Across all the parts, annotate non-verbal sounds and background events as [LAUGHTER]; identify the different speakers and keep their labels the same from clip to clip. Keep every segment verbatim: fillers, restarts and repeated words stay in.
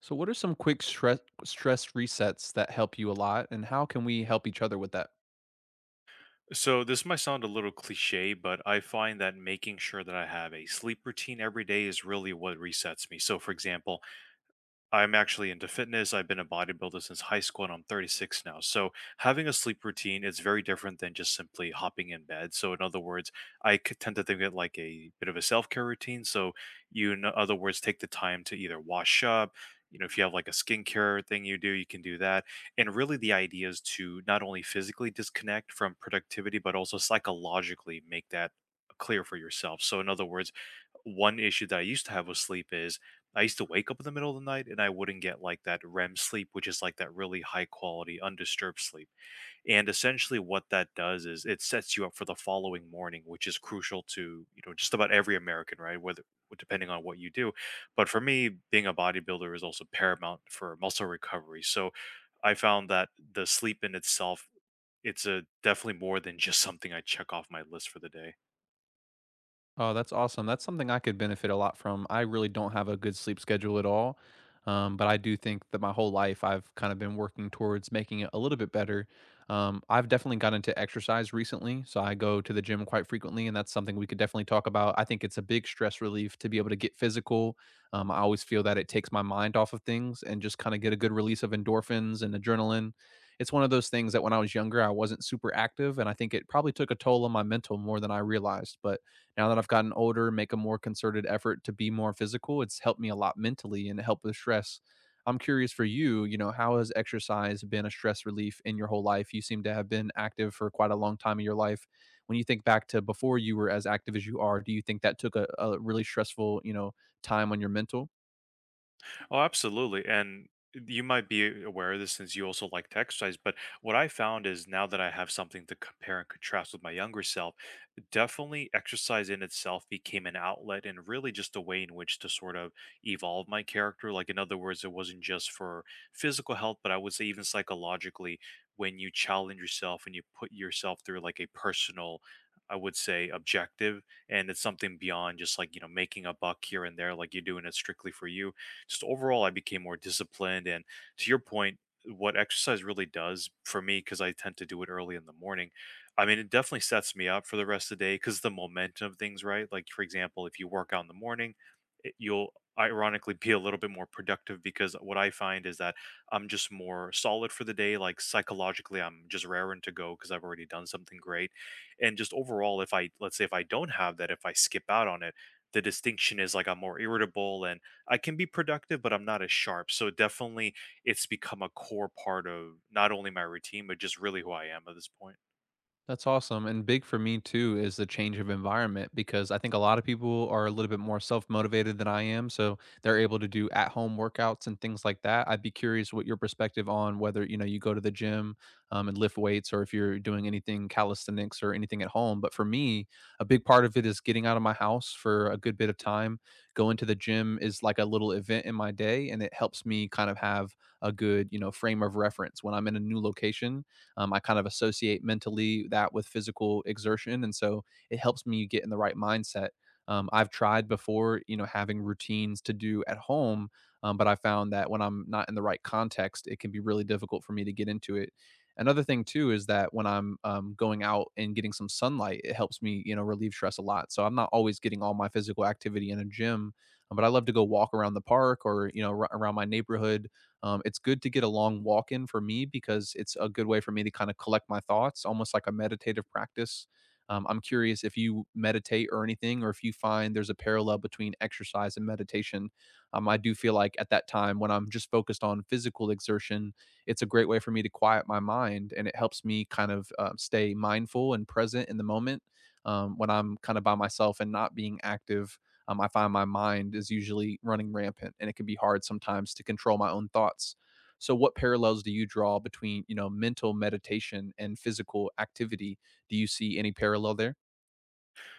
Speaker 1: So, what are some quick stress stress resets that help you a lot, and how can we help each other with that?
Speaker 2: So this might sound a little cliche, but I find that making sure that I have a sleep routine every day is really what resets me. So for example, I'm actually into fitness. I've been a bodybuilder since high school and I'm thirty-six now. So, having a sleep routine is very different than just simply hopping in bed. So, in other words, I c- tend to think of it like a bit of a self care routine. So, you, in other words, take the time to either wash up, you know, if you have like a skincare thing you do, you can do that. And really, the idea is to not only physically disconnect from productivity, but also psychologically make that clear for yourself. So, in other words, one issue that I used to have with sleep is I used to wake up in the middle of the night and I wouldn't get like that REM sleep, which is like that really high quality, undisturbed sleep. And essentially, what that does is it sets you up for the following morning, which is crucial to, you know, just about every American, right? Whether depending on what you do. But for me, being a bodybuilder is also paramount for muscle recovery. So I found that the sleep in itself, it's a definitely more than just something I check off my list for the day.
Speaker 1: Oh, that's awesome. That's something I could benefit a lot from. I really don't have a good sleep schedule at all. Um, but I do think that my whole life I've kind of been working towards making it a little bit better. Um, I've definitely gotten into exercise recently. So I go to the gym quite frequently, and that's something we could definitely talk about. I think it's a big stress relief to be able to get physical. Um, I always feel that it takes my mind off of things and just kind of get a good release of endorphins and adrenaline. It's one of those things that when I was younger, I wasn't super active. And I think it probably took a toll on my mental more than I realized. But now that I've gotten older, make a more concerted effort to be more physical. It's helped me a lot mentally and help with stress. I'm curious for you, you know, how has exercise been a stress relief in your whole life? You seem to have been active for quite a long time in your life. When you think back to before you were as active as you are, do you think that took a, a really stressful, you know, time on your mental?
Speaker 2: Oh, absolutely. And you might be aware of this since you also like to exercise, but what I found is now that I have something to compare and contrast with my younger self, definitely exercise in itself became an outlet and really just a way in which to sort of evolve my character. Like, in other words, it wasn't just for physical health, but I would say even psychologically, when you challenge yourself and you put yourself through like a personal, I would say, objective, and it's something beyond just like, you know, making a buck here and there, like you're doing it strictly for you just overall, I became more disciplined. And to your point, what exercise really does for me, because I tend to do it early in the morning, I mean, it definitely sets me up for the rest of the day because the momentum of things, right? Like, for example, if you work out in the morning, it, you'll ironically be a little bit more productive because what I find is that I'm just more solid for the day. Like, psychologically, I'm just raring to go because I've already done something great. And just overall, if I, let's say, if I don't have that, if I skip out on it, the distinction is like I'm more irritable and I can be productive, but I'm not as sharp. So definitely it's become a core part of not only my routine, but just really who I am at this point.
Speaker 1: That's awesome, and big for me too is the change of environment because I think a lot of people are a little bit more self-motivated than I am, so they're able to do at-home workouts and things like that. I'd be curious what your perspective on whether, you know, you go to the gym, um, and lift weights or if you're doing anything calisthenics or anything at home. But for me, a big part of it is getting out of my house for a good bit of time. Going to the gym is like a little event in my day, and it helps me kind of have a good, you know, frame of reference when I'm in a new location. um, I kind of associate mentally that with physical exertion, and so it helps me get in the right mindset. Um, I've tried before, you know, having routines to do at home, um, but I found that when I'm not in the right context, it can be really difficult for me to get into it. Another thing too is that when I'm um, going out and getting some sunlight, it helps me, you know, relieve stress a lot. So I'm not always getting all my physical activity in a gym, um, but I love to go walk around the park or you know r- around my neighborhood. Um, it's good to get a long walk in for me because it's a good way for me to kind of collect my thoughts, almost like a meditative practice. Um, I'm curious if you meditate or anything, or if you find there's a parallel between exercise and meditation. Um, I do feel like at that time when I'm just focused on physical exertion, it's a great way for me to quiet my mind and it helps me kind of uh, stay mindful and present in the moment. Um, when I'm kind of by myself and not being active, um, I find my mind is usually running rampant, and it can be hard sometimes to control my own thoughts. So, what parallels do you draw between you know mental meditation and physical activity? Do you see any parallel there?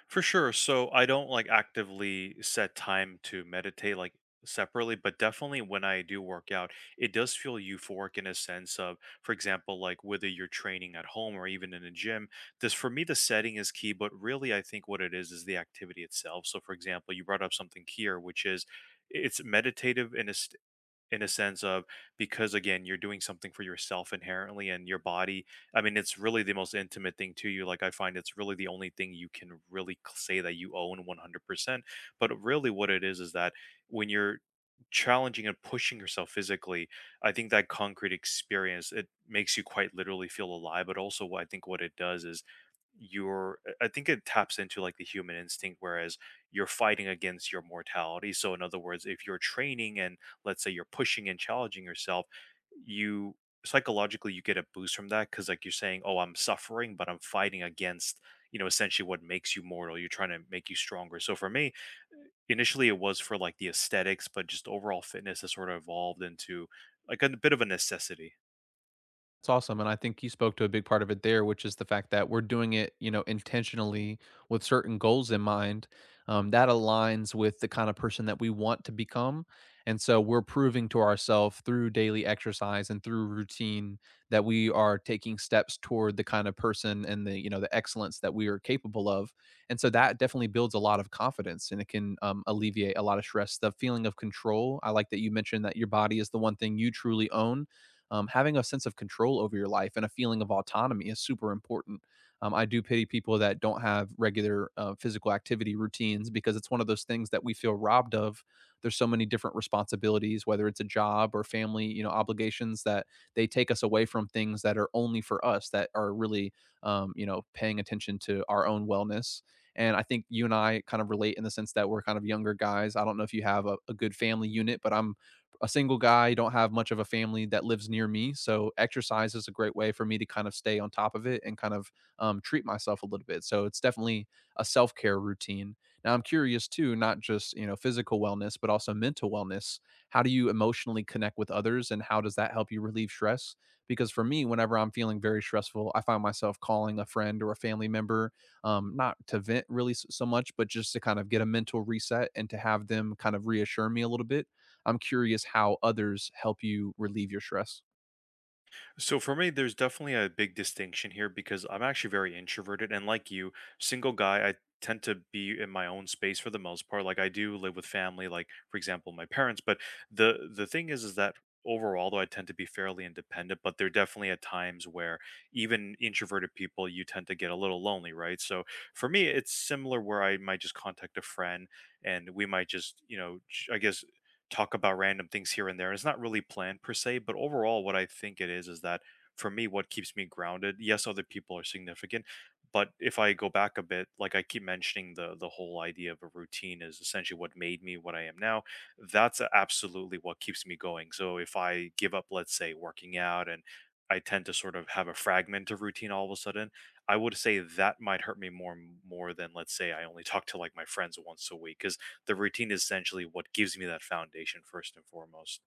Speaker 2: For sure. So I don't like actively set time to meditate like separately, but definitely when I do work out, it does feel euphoric in a sense of, for example, like whether you're training at home or even in a gym, this for me, the setting is key, but really I think what it is is the activity itself. So for example, you brought up something here, which is it's meditative in a, in a sense of because again you're doing something for yourself inherently and your body I mean it's really the most intimate thing to you like I find it's really the only thing you can really c- say that you own one hundred percent. But really what it is is that when you're challenging and pushing yourself physically I think that concrete experience it makes you quite literally feel alive but also what I think what it does is your I I think it taps into like the human instinct whereas you're fighting against your mortality. So in other words if you're training and let's say you're pushing and challenging yourself, you psychologically you get a boost from that because like you're saying, oh, I'm suffering, but I'm fighting against, you know, essentially what makes you mortal. You're trying to make you stronger. So for me, initially it was for like the aesthetics, but just overall fitness has sort of evolved into like a bit of a necessity.
Speaker 1: It's awesome, and I think you spoke to a big part of it there, which is the fact that we're doing it, you know, intentionally with certain goals in mind, um, that aligns with the kind of person that we want to become, and so we're proving to ourselves through daily exercise and through routine that we are taking steps toward the kind of person and the, you know, the excellence that we are capable of, and so that definitely builds a lot of confidence, and it can, um, alleviate a lot of stress. The feeling of control, I like that you mentioned that your body is the one thing you truly own, um, having a sense of control over your life and a feeling of autonomy is super important. Um, I do pity people that don't have regular uh, physical activity routines because it's one of those things that we feel robbed of. There's so many different responsibilities, whether it's a job or family, you know, obligations that they take us away from things that are only for us that are really, um, you know, paying attention to our own wellness. And I think you and I kind of relate in the sense that we're kind of younger guys. I don't know if you have a, a good family unit, but I'm a single guy, don't have much of a family that lives near me. So exercise is a great way for me to kind of stay on top of it and kind of um, treat myself a little bit. So it's definitely a self care routine. Now I'm curious too, not just you know physical wellness, but also mental wellness. How do you emotionally connect with others, and how does that help you relieve stress? Because for me, whenever I'm feeling very stressful, I find myself calling a friend or a family member, um, not to vent really so much, but just to kind of get a mental reset and to have them kind of reassure me a little bit. I'm curious how others help you relieve your stress.
Speaker 2: So for me, there's definitely a big distinction here because I'm actually very introverted and like you, single guy, I tend to be in my own space for the most part. Like I do live with family, like for example, my parents, but the the thing is is that overall though I tend to be fairly independent, but there are definitely at times where even introverted people you tend to get a little lonely, right? So for me, it's similar where I might just contact a friend and we might just, you know, j- I guess talk about random things here and there. And it's not really planned per se, but overall, what I think it is is that for me, what keeps me grounded. Yes, other people are significant, but if I go back a bit, like I keep mentioning, the the whole idea of a routine is essentially what made me what I am now. That's a- absolutely what keeps me going. So if I give up, let's say, working out, and I tend to sort of have a fragment of routine all of a sudden. I would say that might hurt me more more than let's say I only talk to like my friends once a week because the routine is essentially what gives me that foundation first and foremost.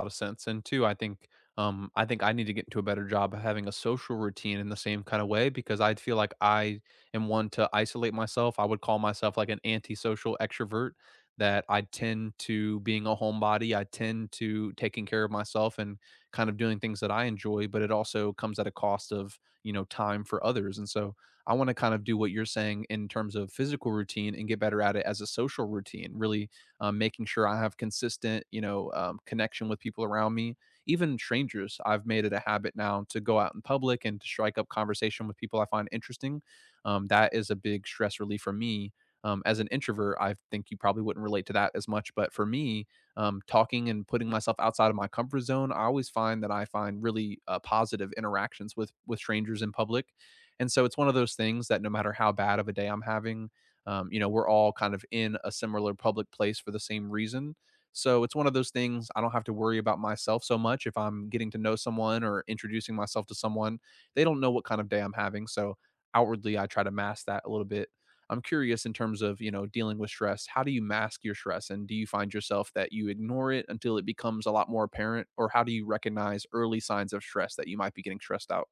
Speaker 1: A lot of sense. And two, I think um, I think I need to get into a better job of having a social routine in the same kind of way because I feel like I am one to isolate myself. I would call myself like an antisocial extrovert that I tend to being a homebody. I tend to taking care of myself and kind of doing things that I enjoy, but it also comes at a cost of, you know, time for others. And so I want to kind of do what you're saying in terms of physical routine and get better at it as a social routine, really um, making sure I have consistent, you know, um, connection with people around me, even strangers. I've made it a habit now to go out in public and to strike up conversation with people I find interesting. Um, that is a big stress relief for me. Um, as an introvert, I think you probably wouldn't relate to that as much, but for me, um, talking and putting myself outside of my comfort zone, I always find that I find really uh, positive interactions with with strangers in public, and so it's one of those things that no matter how bad of a day I'm having, um, you know we're all kind of in a similar public place for the same reason, so it's one of those things I don't have to worry about myself so much if I'm getting to know someone or introducing myself to someone. They don't know what kind of day I'm having. So outwardly, I try to mask that a little bit. I'm curious in terms of, you know, dealing with stress. How do you mask your stress? And do you find yourself that you ignore it until it becomes a lot more apparent? Or how do you recognize early signs of stress that you might be getting stressed out?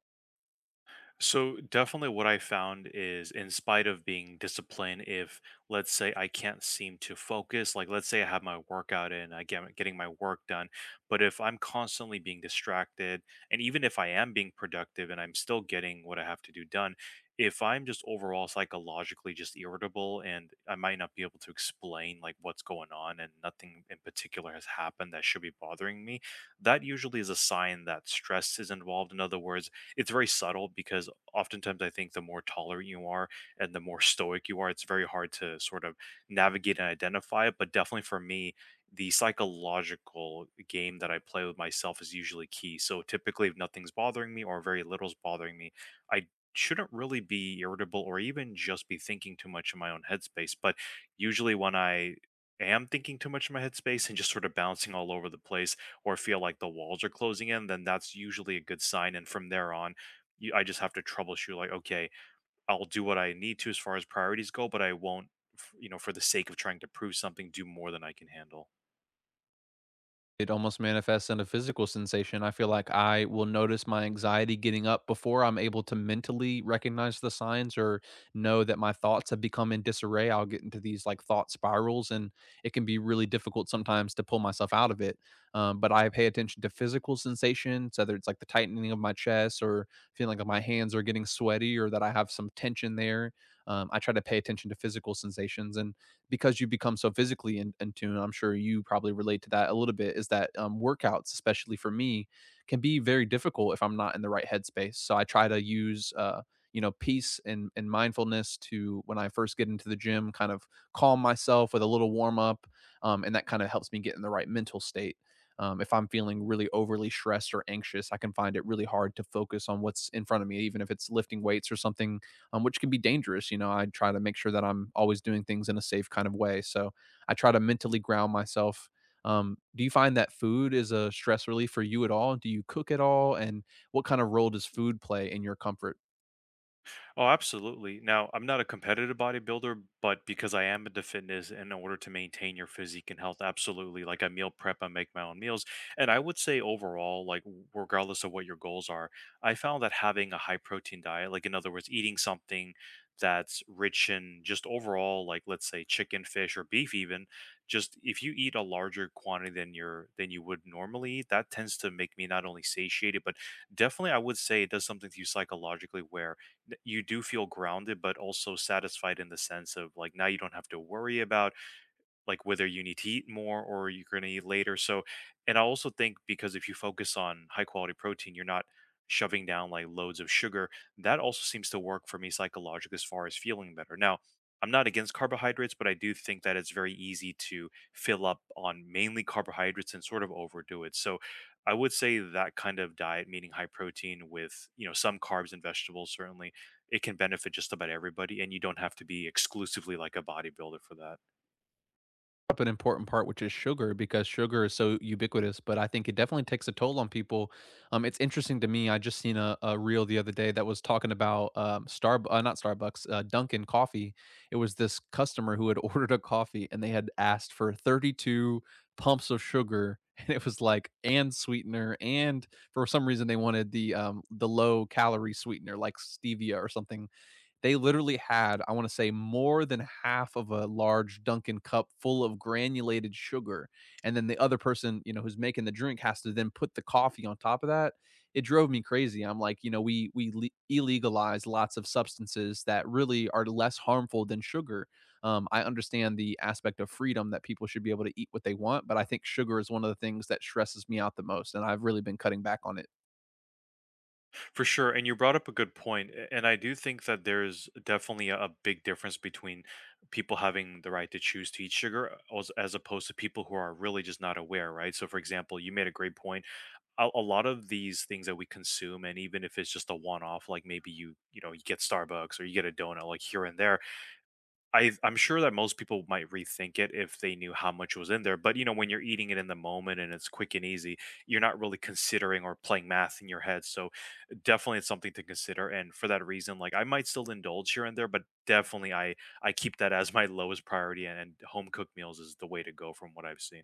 Speaker 2: So definitely what I found is in spite of being disciplined, if let's say I can't seem to focus, like let's say I have my workout in, I get getting my work done, but if I'm constantly being distracted, and even if I am being productive and I'm still getting what I have to do done, if I'm just overall psychologically just irritable and I might not be able to explain like what's going on and nothing in particular has happened that should be bothering me, that usually is a sign that stress is involved. In other words, it's very subtle because oftentimes I think the more tolerant you are and the more stoic you are, it's very hard to sort of navigate and identify it. But definitely for me, the psychological game that I play with myself is usually key. So typically, if nothing's bothering me or very little's bothering me, I shouldn't really be irritable or even just be thinking too much in my own headspace. But usually, when I am thinking too much in my headspace and just sort of bouncing all over the place or feel like the walls are closing in, then that's usually a good sign. And from there on, you, I just have to troubleshoot like, okay, I'll do what I need to as far as priorities go, but I won't, f- you know, for the sake of trying to prove something, do more than I can handle.
Speaker 1: It almost manifests in a physical sensation. I feel like I will notice my anxiety getting up before I'm able to mentally recognize the signs or know that my thoughts have become in disarray. I'll get into these like thought spirals, and it can be really difficult sometimes to pull myself out of it. Um, but I pay attention to physical sensations, whether it's like the tightening of my chest or feeling like my hands are getting sweaty or that I have some tension there. Um, I try to pay attention to physical sensations and because you become so physically in, in tune I'm sure you probably relate to that a little bit is that um, workouts especially for me can be very difficult if I'm not in the right headspace, so I try to use uh, you know peace and, and mindfulness to when I first get into the gym kind of calm myself with a little warm up. Um, and that kind of helps me get in the right mental state. Um, if I'm feeling really overly stressed or anxious, I can find it really hard to focus on what's in front of me even if it's lifting weights or something, um, which can be dangerous. You know, I try to make sure that I'm always doing things in a safe kind of way. So I try to mentally ground myself. Um, do you find that food is a stress relief for you at all? Do you cook at all? And what kind of role does food play in your comfort?
Speaker 2: Oh, absolutely. Now, I'm not a competitive bodybuilder, but because I am into fitness in order to maintain your physique and health, absolutely. Like I meal prep, I make my own meals. And I would say overall, like w- regardless of what your goals are, I found that having a high protein diet, like in other words, eating something that's rich in just overall, like let's say chicken, fish, or beef even, just if you eat a larger quantity than your than you would normally eat, that tends to make me not only satiated, but definitely I would say it does something to you psychologically where n- you do feel grounded but also satisfied in the sense of like now you don't have to worry about like whether you need to eat more or you're going to eat later. So, and I also think because if you focus on high quality protein, you're not shoving down like loads of sugar. That also seems to work for me psychologically as far as feeling better. Now, I'm not against carbohydrates, but I do think that it's very easy to fill up on mainly carbohydrates and sort of overdo it. So, I would say that kind of diet, meaning high protein with, you know, some carbs and vegetables, certainly it can benefit just about everybody. And you don't have to be exclusively like a bodybuilder for that.
Speaker 1: Up an important part, which is sugar, because sugar is so ubiquitous. But I think it definitely takes a toll on people. Um, it's interesting to me. I just seen a, a reel the other day that was talking about um, Star, uh, not Starbucks, uh, Dunkin' Coffee. It was this customer who had [LAUGHS] ordered a coffee and they had asked for thirty-two pumps of sugar, [LAUGHS] and it was like and sweetener, and for some reason they wanted the um the low calorie sweetener like stevia or something. They literally had, I want to say, more than half of a large Dunkin' cup full of granulated sugar. And then the other person, you know, who's making the drink has to then put the coffee on top of that. It drove me crazy. I'm like, you know, we we le- illegalize lots of substances that really are less harmful than sugar. Um, I understand the aspect of freedom that people should be able to eat what they want, but I think sugar is one of the things that stresses me out the most, and I've really been cutting back on it.
Speaker 2: For sure, and you brought up a good point, a- and I do think that there's definitely a a big difference between people having the right to choose to eat sugar as, as opposed to people who are really just not aware, right? So, for example, you made a great point. A, a lot of these things that we consume, and even if it's just a one-off, like maybe you you know you get Starbucks or you get a donut, like here and there, I I'm sure that most people might rethink it if they knew how much was in there, but, you know, when you're eating it in the moment and it's quick and easy, you're not really considering or playing math in your head, so definitely it's something to consider, and for that reason, like, I might still indulge here and there, but definitely I I keep that as my [LAUGHS] lowest priority, and and home cooked meals is the way to go from what I've seen.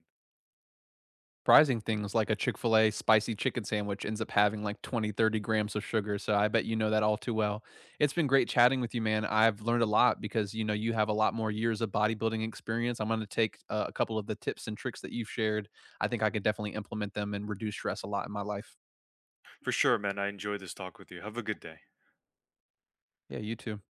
Speaker 1: Surprising things like a Chick-fil-A spicy chicken sandwich ends up having like twenty, thirty grams of sugar. So I bet you know that all too well. It's been great chatting with you, man. I've learned a lot because you know you have a lot more years of bodybuilding experience. I'm going to take uh, a couple of the tips and tricks that you've shared. I think I could definitely implement them and reduce stress a lot in my life.
Speaker 2: For sure, man, I enjoyed this talk with you. Have a good day.
Speaker 1: Yeah, you too.